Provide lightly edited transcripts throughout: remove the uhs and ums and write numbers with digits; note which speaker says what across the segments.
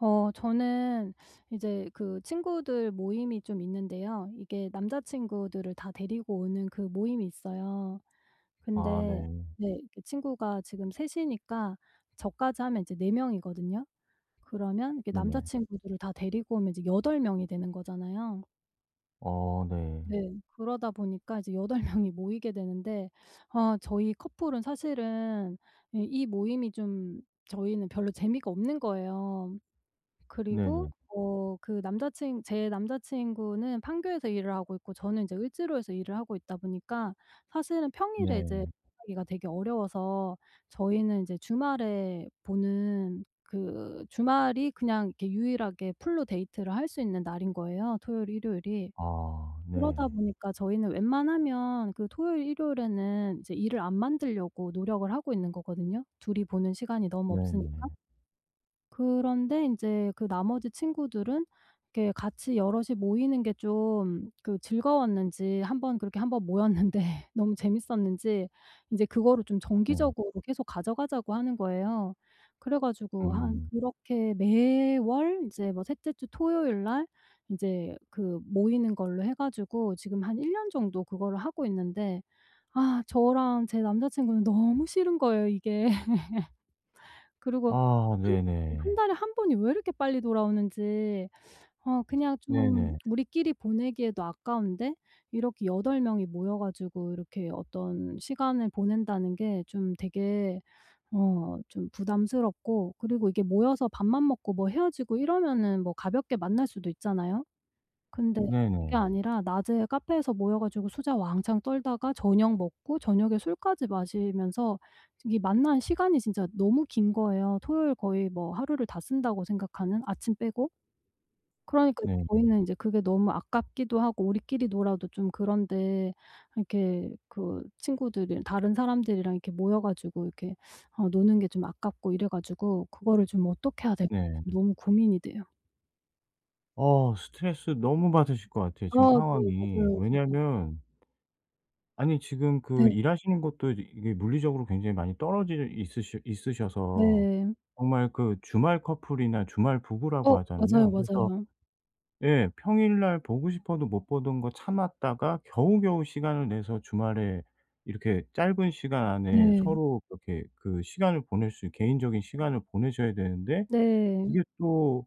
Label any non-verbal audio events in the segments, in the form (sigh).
Speaker 1: 저는 이제 그 친구들 모임이 좀 있는데요. 이게 남자 친구들을 다 데리고 오는 그 모임이 있어요.
Speaker 2: 아
Speaker 1: 근데
Speaker 2: 네.
Speaker 1: 네, 그 친구가 지금 셋 이니까 저까지 하면 이제 네 명이거든요. 그러면 이렇게 남자
Speaker 2: 네네.
Speaker 1: 친구들을 다 데리고 오면 이제 여덟 명이 되는 거잖아요.
Speaker 2: 어 네.
Speaker 1: 네. 그러다 보니까 이제 여덟 (laughs) 명이 모이게 되는데 저희 커플은 사실은 이이 모임이 좀, 저희는 별로 재미가 없는 거예요. 그리고
Speaker 2: 네네.
Speaker 1: 어 그 남자친 제 남자친구는 판교에서 일을 하고 있고 저는 이제 을지로에서 일을 하고 있다 보니까, 사실은 평일에 이제
Speaker 2: 네.
Speaker 1: 만나기가 되게 어려워서 저희는 이제 주말에 보는, 그 주말이 그냥 이렇게 유일하게 풀로 데이트를 할 수 있는 날인 거예요, 토요일, 일요일이.
Speaker 2: 아 네.
Speaker 1: 그러다 보니까 저희는 웬만하면 그 토요일, 일요일에는 이제 일을 안 만들려고 노력을 하고 있는 거거든요, 둘이 보는 시간이 너무 없으니까.
Speaker 2: 네네.
Speaker 1: 그런데 인제 그 나머지 친구들은 이렇게 같이 여럿이 모이는 게 좀 그 즐거웠는지, 한 번 그렇게 한 번 모였는데 (laughs) 너무 재밌었는지 인제 그거를 좀
Speaker 2: 네.
Speaker 1: 정기적으로 계속 가져가자고 하는 거예요. 그래 가지고 한
Speaker 2: 음.
Speaker 1: 그렇게 매월 이제 뭐 셋째 주 토요일 날 인제 그 모이는 걸로 해 가지고 지금 한 1년 정도 그거를 하고 있는데, 저랑 제 남자 친구는 너무 싫은 거예요, 이게. 그리고
Speaker 2: 아
Speaker 1: 한
Speaker 2: 네네.
Speaker 1: 한 달에 한 번이 왜 이렇게 빨리 돌아오는지, 그냥 좀
Speaker 2: 네네.
Speaker 1: 우리끼리 보내기에도 아까운데 이렇게 8 명이 모여 가지고 이렇게 어떤 시간을 보낸다는 게 좀 되게 좀 부담스럽고, 그리고 이게 모여서 밥만 먹고 뭐 헤어지고 이러면은 뭐 가볍게 만날 수도 있잖아요. 근데 그게
Speaker 2: 네네.
Speaker 1: 아니라 낮에 카페에서 모여 가지고 수다 왕창 떨다가 저녁 먹고 저녁에 술까지 마시면서, 이 만난 시간이 진짜 너무 긴 거예요. 토요일 거의 뭐 하루를 다 쓴다고 생각하는, 아침 빼고. 그러니까
Speaker 2: 네.
Speaker 1: 저희는 인제 그게 너무 아깝기도 하고 우리끼리 놀아도 좀 그런데, 이렇게 그 친구들이 다른 사람들이랑 이렇게 모여 가지고 이렇게 노는 게 좀 아깝고 이래 가지고 그거를 좀 어떻게 해야 될지
Speaker 2: 네.
Speaker 1: 너무 고민이 돼요.
Speaker 2: 어 스트레스 너무 받으실 것 같아요,
Speaker 1: 아
Speaker 2: 지금
Speaker 1: 네.
Speaker 2: 상황이.
Speaker 1: 맞아요. 진짜.
Speaker 2: 왜냐면, 아니, 지금 그
Speaker 1: 네.
Speaker 2: 일하시는 것도 이제 이게 물리적으로 굉장히 많이 떨어져 있으시 있으셔서
Speaker 1: 네.
Speaker 2: 정말 그 주말 커플이나 주말 부부라고
Speaker 1: 어 맞아요,
Speaker 2: 하잖아요. 그래서
Speaker 1: 맞아요.
Speaker 2: 예. 평일날 보고 싶어도 못 보던 거 참았다가 겨우겨우 시간을 내서 주말에 이렇게 짧은 시간 안에
Speaker 1: 네.
Speaker 2: 서로 그렇게 그 시간을 보낼 수, 개인적인 시간을 보내셔야 되는데
Speaker 1: 네.
Speaker 2: 이게 또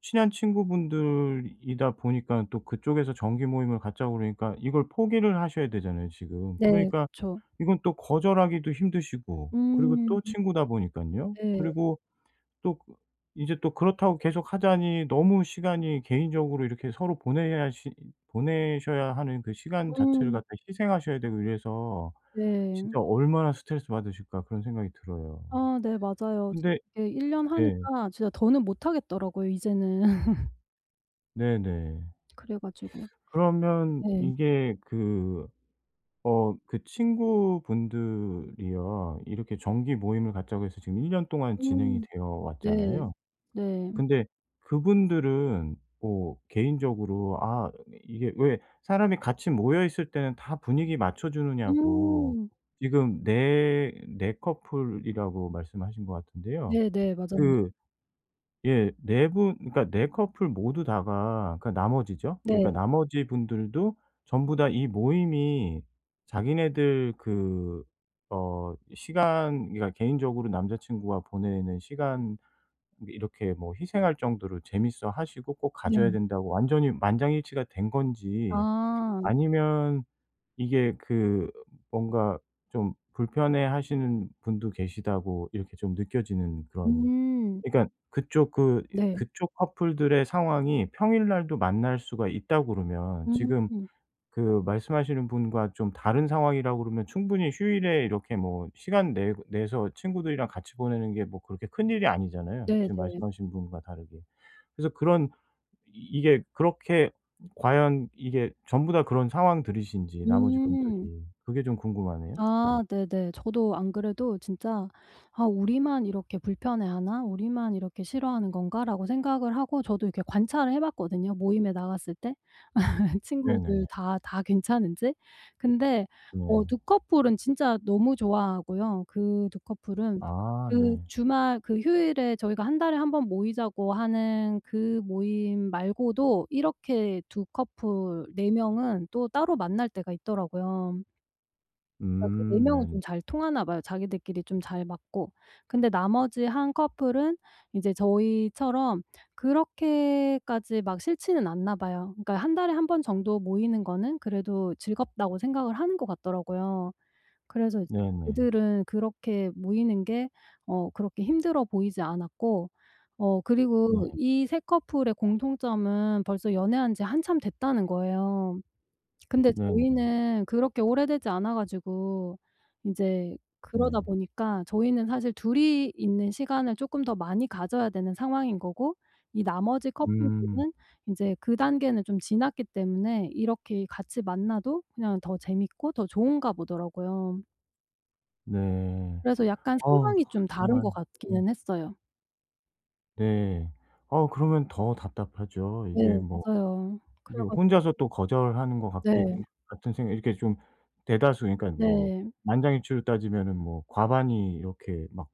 Speaker 2: 친한 친구분들이다 보니까 또 그쪽에서 정기 모임을 갖자고 그러니까 이걸 포기를 하셔야 되잖아요, 지금.
Speaker 1: 네.
Speaker 2: 그러니까
Speaker 1: 그쵸.
Speaker 2: 이건 또 거절하기도 힘드시고, 그리고 또
Speaker 1: 음
Speaker 2: 친구다 보니까요.
Speaker 1: 네.
Speaker 2: 그리고 또 그, 이제 또 그렇다고 계속 하자니 너무 시간이 개인적으로 이렇게 서로 보내야 시 보내셔야 하는 그 시간 자체를
Speaker 1: 음
Speaker 2: 갖다 희생하셔야 되고, 이래서
Speaker 1: 네.
Speaker 2: 진짜 얼마나 스트레스 받으실까 그런 생각이 들어요.
Speaker 1: 아 네 맞아요. 진짜
Speaker 2: 근데
Speaker 1: 이게 1 년
Speaker 2: 네.
Speaker 1: 하니까 진짜 더는 못 하겠더라고요 이제는.
Speaker 2: 네네.
Speaker 1: (laughs) 그래 가지고
Speaker 2: 그러면
Speaker 1: 네.
Speaker 2: 이게 그, 그 친구분들이요. 이렇게 정기 모임을 갖자고 해서 지금 1년 동안 진행이
Speaker 1: 음
Speaker 2: 되어
Speaker 1: 네.
Speaker 2: 왔잖아요.
Speaker 1: 네.
Speaker 2: 근데 그분들은 뭐 개인적으로, 아 이게 왜 사람이 같이 모여 있을 때는 다 분위기 맞춰 주느냐고.
Speaker 1: 음
Speaker 2: 지금 네4 커플이라고 말씀하신 것 같은데요.
Speaker 1: 네네. 맞아요.
Speaker 2: 그, 예, 4 분, 그러니까 4 커플 모두 다가, 그러니까 나머지죠. 그러니까
Speaker 1: 네.
Speaker 2: 나머지 분들도 전부 다 이 모임이 자기네들 그, 시간, 그러니까 개인적으로 남자 친구와 보내는 시간 뭐 이렇게 뭐 희생할 정도로 재밌어 하시고 꼭 가져야
Speaker 1: 네.
Speaker 2: 된다고 완전히 만장일치가 된 건지,
Speaker 1: 아.
Speaker 2: 아니면 이게 그 뭔가 좀 불편해 하시는 분도 계시다고 이렇게 좀 느껴지는 그런,
Speaker 1: 음.
Speaker 2: 그러니까 그쪽 그
Speaker 1: 네.
Speaker 2: 그쪽 커플들의 상황이 평일날도 만날 수가 있다고 그러면, 지금
Speaker 1: 음
Speaker 2: 그 말씀하시는 분과 좀 다른 상황이라 고 그러면 충분히 휴일에 이렇게 뭐 시간 내 내서 친구들이랑 같이 보내는 게 뭐 그렇게 큰일이 아니잖아요,
Speaker 1: 네네.
Speaker 2: 지금 말씀하신 분과 다르게. 그래서 그런, 이 이게 그렇게 과연 이게 전부 다 그런 상황들이신지 나머지 분들이
Speaker 1: 음.
Speaker 2: 그게 좀 궁금하네요. 예.
Speaker 1: 아 네네. 저도 안 그래도 진짜 '아 우리만 이렇게 불편해하나? 우리만 이렇게 싫어하는 건가?'라고 생각을 하고 저도 이렇게 관찰을 해 봤거든요, 모임에 나갔을 때 (laughs)
Speaker 2: 네네.
Speaker 1: 친구들 다 괜찮은지. 근데
Speaker 2: 네.
Speaker 1: 두 커플은 진짜 너무 좋아하고요. 그 두 커플은
Speaker 2: 아
Speaker 1: 그
Speaker 2: 네.
Speaker 1: 주말 그 휴일에 저희가 한 달에 한 번 모이자고 하는 그 모임 말고도 이렇게 두 커플 네 명은 또 따로 만날 때가 있더라고요. 그러니까 그 4 명은
Speaker 2: 네네.
Speaker 1: 좀 잘 통하나 봐요. 자기들끼리 좀 잘 맞고. 근데 나머지 한 커플은 이제 저희처럼 그렇게까지 막 싫지는 않나 봐요. 그러니까 한 달에 한 번 정도 모이는 거는 그래도 즐겁다고 생각을 하는 것 같더라고요. 그래서 이제
Speaker 2: 네네.
Speaker 1: 그들은 그렇게 모이는 게 그렇게 힘들어 보이지 않았고,
Speaker 2: 네.
Speaker 1: 그리고 이 세 커플의 공통점은 벌써 연애한 지 한참 됐다는 거예요. 근데
Speaker 2: 네네.
Speaker 1: 저희는 그렇게 오래되지 않아 가지고 인제
Speaker 2: 네.
Speaker 1: 그러다 보니까 저희는 사실 둘이 있는 시간을 쪼끔 더 많이 가져야 되는 상황인 거고, 이 나머지
Speaker 2: 음.
Speaker 1: 커플들은 인제 그 단계는 좀 지났기 때문에 이렇게 같이 만나도 그냥 더 재밌고 더 좋은가 보더라고요.
Speaker 2: 네.
Speaker 1: 그래서 약간
Speaker 2: 어우,
Speaker 1: 상황이 좀 다른
Speaker 2: 정말.
Speaker 1: 것
Speaker 2: 네.
Speaker 1: 같기는 했어요.
Speaker 2: 네. 어 그러면 더 답답하죠. 이게
Speaker 1: 네
Speaker 2: 뭐
Speaker 1: 맞아요.
Speaker 2: 이게
Speaker 1: 그래 가지고
Speaker 2: 혼자서 또 거절하는 것 같기,
Speaker 1: 네.
Speaker 2: 같은 생각 이렇게 좀 대다수, 그러니까 뭐
Speaker 1: 네.
Speaker 2: 만장일치로 따지면은 뭐 과반이 이렇게 막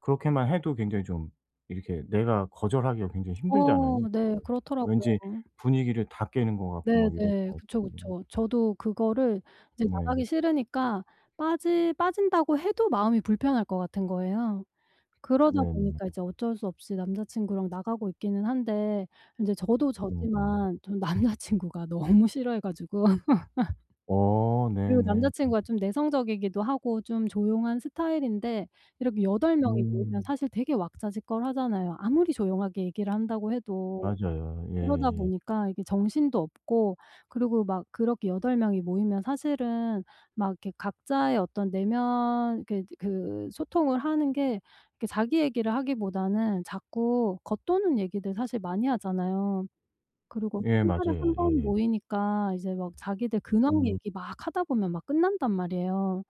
Speaker 2: 그렇게만 해도 굉장히 좀 이렇게 내가 거절하기가 굉장히 힘들잖아요,
Speaker 1: 어 네.
Speaker 2: 그거를. 왠지
Speaker 1: 그렇더라고요.
Speaker 2: 분위기를 다 깨는 것 같고 막 이래
Speaker 1: 네네.
Speaker 2: 고.
Speaker 1: 그쵸, 그쵸. 저도 그거를 이제
Speaker 2: 네.
Speaker 1: 나가기 싫으니까 빠지 빠진다고 해도 마음이 불편할 것 같은 거예요. 그러다
Speaker 2: 네네.
Speaker 1: 보니까 이제 어쩔 수 없이 남자 친구랑 나가고 있기는 한데, 인제 저도
Speaker 2: 네네.
Speaker 1: 저지만 전 남자 친구가 (laughs) 너무 싫어해 가지고 (laughs)
Speaker 2: 어
Speaker 1: 그리고 남자
Speaker 2: 네네.
Speaker 1: 친구가 좀 내성적이기도 하고 좀 조용한 스타일인데, 이렇게 여덟 명이 모이면
Speaker 2: 음.
Speaker 1: 사실 되게 왁자지껄하잖아요. 아무리 조용하게 얘기를 한다고 해도.
Speaker 2: 맞아요.
Speaker 1: 그러다
Speaker 2: 예예.
Speaker 1: 보니까 이게 정신도 없고, 그리고 막 그렇게 여덟 명이 모이면 사실은 막 이렇게 각자의 어떤 내면, 그 소통을 하는 게, 이렇게 자기 얘기를 하기보다는 자꾸 겉도는 얘기들 사실 많이 하잖아요. 그리고
Speaker 2: 예, 예,
Speaker 1: 한 달에
Speaker 2: 맞아요.
Speaker 1: 한 번
Speaker 2: 예. 예.
Speaker 1: 모이니까 이제 막 자기들 근황
Speaker 2: 음.
Speaker 1: 얘기 막 하다 보면 막 끝난단 말이에요.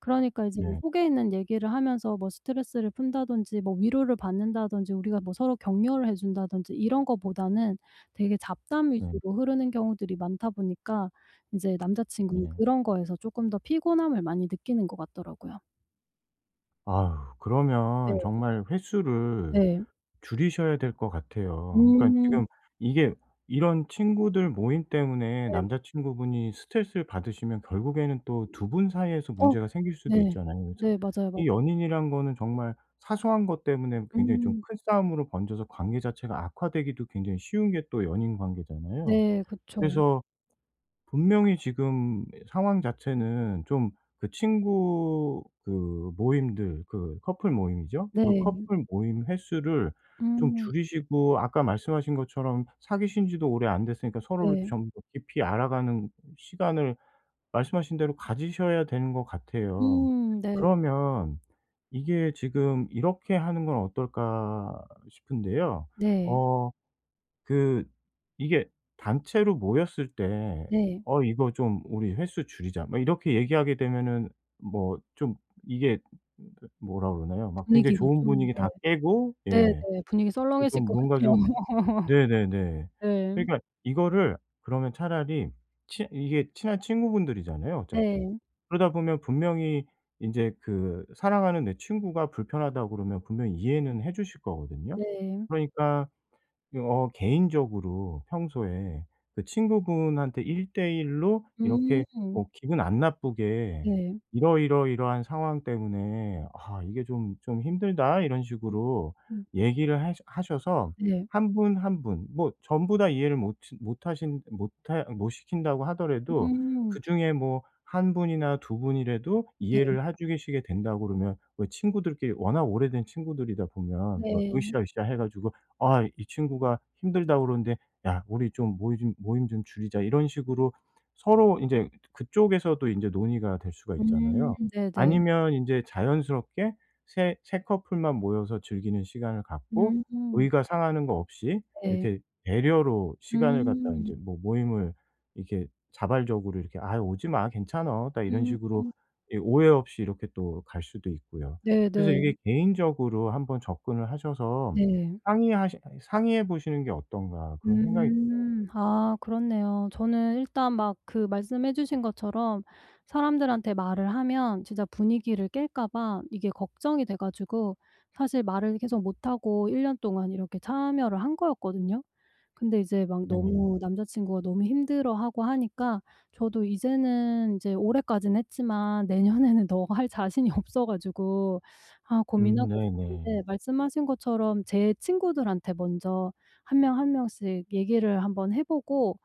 Speaker 1: 그러니까 이제 뭐
Speaker 2: 네.
Speaker 1: 속에 있는 얘기를 하면서 뭐 스트레스를 푼다든지, 뭐 위로를 받는다든지, 우리가 뭐 서로 격려를 해 준다든지 이런 거보다는 되게 잡담
Speaker 2: 네.
Speaker 1: 위주로 흐르는 경우들이 많다 보니까 인제 남자친구는
Speaker 2: 네.
Speaker 1: 그런 거에서 쪼끔 더 피곤함을 많이 느끼는 것 같더라고요.
Speaker 2: 아유,
Speaker 1: 네.
Speaker 2: 그러면 정말 횟수를
Speaker 1: 네.
Speaker 2: 줄이셔야 될 것 같아요. 그러니까
Speaker 1: 음.
Speaker 2: 지금 이게 이런 친구들 모임 때문에
Speaker 1: 네.
Speaker 2: 남자 친구분이 스트레스를 받으시면 결국에는 또 두 분 사이에서
Speaker 1: 어
Speaker 2: 문제가 생길 수도
Speaker 1: 네.
Speaker 2: 있잖아요. 자-,
Speaker 1: 네. 맞아요, 맞아요.
Speaker 2: 이 연인이란 거는 정말 사소한 것 때문에 굉장히 좀
Speaker 1: 음.
Speaker 2: 큰 싸움으로 번져서 관계 자체가 악화되기도 굉장히 쉬운 게 또 연인 관계잖아요.
Speaker 1: 네. 그쵸.
Speaker 2: 그래서 분명히 지금 상황 자체는 좀, 그 친구, 그 모임들, 그 커플 모임이죠. 그
Speaker 1: 네.
Speaker 2: 커플 모임 횟수를 좀
Speaker 1: 음.
Speaker 2: 줄이시고, 아까 말씀하신 것처럼 사귀신 지도 오래 안 됐으니까 서로를
Speaker 1: 네.
Speaker 2: 좀 더 깊이 알아가는 시간을 말씀하신 대로 가지셔야 되는 것 같아요.
Speaker 1: 음. 네.
Speaker 2: 그러면 이게 지금 '이렇게 하는 건 어떨까?' 싶은데요.
Speaker 1: 네.
Speaker 2: 어 그, 이게 단체로 모였을 때
Speaker 1: 네.
Speaker 2: "어, 이거 좀 우리 횟수 줄이자." 막 이렇게 얘기하게 되면은 뭐 좀, 이게 뭐라 그러나요? 막 굉장히
Speaker 1: 분위기가
Speaker 2: 좋은
Speaker 1: 좀,
Speaker 2: 분위기
Speaker 1: 네.
Speaker 2: 다 깨고. 예.
Speaker 1: 네네. 분위기
Speaker 2: 그
Speaker 1: 썰렁해질
Speaker 2: 좀
Speaker 1: 것
Speaker 2: 뭔가
Speaker 1: 같아요.
Speaker 2: 좀.
Speaker 1: (laughs)
Speaker 2: 네네네.
Speaker 1: 네.
Speaker 2: 그러니까 이거를, 그러면 차라리, 친 이게 친한 친구분들이잖아요, 어차피.
Speaker 1: 네.
Speaker 2: 그러다 보면 분명히 인제 그 사랑하는 내 친구가 불편하다고 그러면 분명히 이해는 해 주실 거거든요.
Speaker 1: 네.
Speaker 2: 그러니까 개인적으로 평소에 그 친구분한테 1대1로 이렇게
Speaker 1: 음.
Speaker 2: 뭐 기분 안 나쁘게
Speaker 1: 네.
Speaker 2: "이러이러이러한 상황 때문에, 아 이게 좀 힘들다." 이런 식으로
Speaker 1: 음.
Speaker 2: 얘기를 하셔서
Speaker 1: 네.
Speaker 2: 한 분 한 분, 뭐 전부 다 이해를 못 시 못 하신 못 하 못 시킨다고 하더라도
Speaker 1: 음.
Speaker 2: 그중에 뭐 한 분이나 두 분이라도
Speaker 1: 네.
Speaker 2: 이해를 해 주시게 된다 그러면, 왜, 친구들끼리 워낙 오래된 친구들이다 보면 막
Speaker 1: 네.
Speaker 2: 으쌰으쌰 해 가지고, 아 이 친구가 힘들다 그러는데 "야, 우리 좀모좀 모임 좀 줄이자." 이런 식으로 서로 이제 그쪽에서도 이제 논의가 될 수가
Speaker 1: 음.
Speaker 2: 있잖아요.
Speaker 1: 네네.
Speaker 2: 아니면 이제 자연스럽게, 새, 커플만 모여서 즐기는 시간을 갖고
Speaker 1: 음.
Speaker 2: 의가 상하는 거 없이
Speaker 1: 네.
Speaker 2: 이렇게 배려로 시간을 갖다 이
Speaker 1: 음.
Speaker 2: 제 뭐 모임을 이렇게 자발적으로, 이렇게 "아 오지 마. 괜찮아." 나 이런
Speaker 1: 음.
Speaker 2: 식으로 이 오해 없이 이렇게 또 갈 수도 있고요.
Speaker 1: 네네.
Speaker 2: 그래서
Speaker 1: 네.
Speaker 2: 이게 개인적으로 한번 접근을 하셔서
Speaker 1: 네.
Speaker 2: 상의하시 '상의해 보시는 게 어떤가.' 그런 생각이 들어요.
Speaker 1: 음. 아 그렇네요. 저는 일단 막 그 말씀해 주신 것처럼 사람들한테 말을 하면 진짜 분위기를 깰까 봐 이게 걱정이 돼 가지고 사실 말을 계속 못 하고 1년 동안 이렇게 참여를 한 거였거든요. 근데 이제 막
Speaker 2: 네.
Speaker 1: 너무 남자 친구가 너무 힘들어하고 하니까 저도 이제는 이제 올해까지는 했지만 내년에는 (laughs) 더 할 자신이 없어 가지고 고민하고
Speaker 2: 네네.
Speaker 1: 있었는데, 말씀하신 것처럼 제 친구들한테 먼저 한 명 한 명씩 얘기를 한번 해 보고,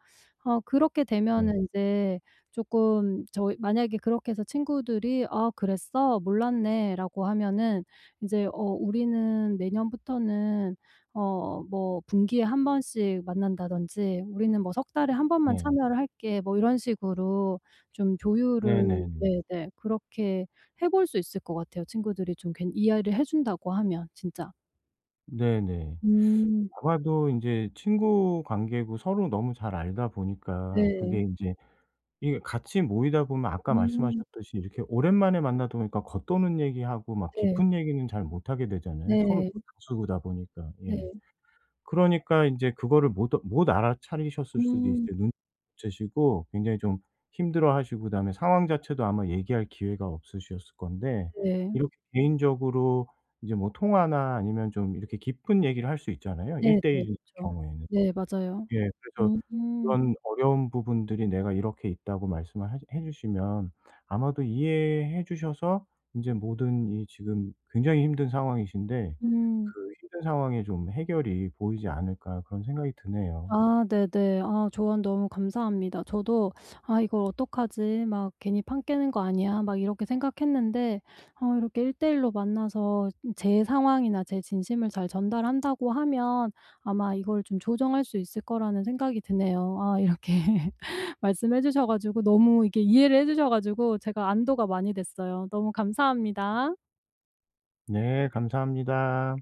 Speaker 1: 그렇게
Speaker 2: 네.
Speaker 1: 되면은 인제 쪼끔 저희, 만약에 그렇게 해서 친구들이 "아 그랬어? 몰랐네."라고 하면은 인제 "어 우리는 내년부터는 어 뭐 분기에 한 번씩 만난다든지, 우리는 뭐 석 달에 한 번만
Speaker 2: 네.
Speaker 1: 참여를 할게." 뭐 이런 식으로 좀
Speaker 2: 네,
Speaker 1: 조율을
Speaker 2: 네, 네.
Speaker 1: 네네 그렇게 해볼 수 있을 것 같아요. 친구들이 좀 괜 이해를 해 준다고 하면 진짜.
Speaker 2: 네네.
Speaker 1: 음.
Speaker 2: 아마도 인제 친구 관계고 서로 너무 잘 알다 보니까,
Speaker 1: 네.
Speaker 2: 그게 인제 이게 같이 모이다 보면 아까
Speaker 1: 음.
Speaker 2: 말씀하셨듯이 이렇게 오랜만에 만나다 보니까 겉도는 얘기하고 막
Speaker 1: 네.
Speaker 2: 깊은 얘기는 잘 못하게 되잖아요, 서로
Speaker 1: 네.
Speaker 2: 또 다수다 보니까. 예.
Speaker 1: 네.
Speaker 2: 그러니까 인제 그거를 못 알아차리셨을 수도
Speaker 1: 음.
Speaker 2: 있어요. 눈치 못 채시고 굉장히 좀 힘들어하시고, 그다음에 상황 자체도 아마 얘기할 기회가 없으셨을 건데
Speaker 1: 네.
Speaker 2: 이렇게 개인적으로 이제 뭐 통화나 아니면 좀 이렇게 깊은 얘기를 할 수 있잖아요, 1
Speaker 1: 네네.
Speaker 2: 대 1 일
Speaker 1: 그쵸.
Speaker 2: 경우에는.
Speaker 1: 네 맞아요.
Speaker 2: 예. 그래서
Speaker 1: 음. 음.
Speaker 2: 그런 어려운 부분들이 내가 이렇게 있다고 말씀을 하시 해 주시면, 아마도 이해해 주셔서 인제 모든, 이 지금 굉장히 힘든 상황이신데
Speaker 1: 음.
Speaker 2: 그 힘든 상황에 좀 해결이 보이지 않을까 그런 생각이 드네요.
Speaker 1: 아 네네. 조언 너무 감사합니다. 저도 '아 이걸 어떡하지? 막 괜히 판 깨는 거 아니야?' 막 이렇게 생각했는데 이렇게 1대1로 만나서 제 상황이나 제 진심을 잘 전달한다고 하면 아마 이걸 좀 조정할 수 있을 거라는 생각이 드네요. 아 이렇게 (laughs) 말씀해 주셔 가지고 너무 이렇게 이해를 해 주셔 가지고 제가 안도가 많이 됐어요. 너무 감사합니다.
Speaker 2: 네. 감사합니다.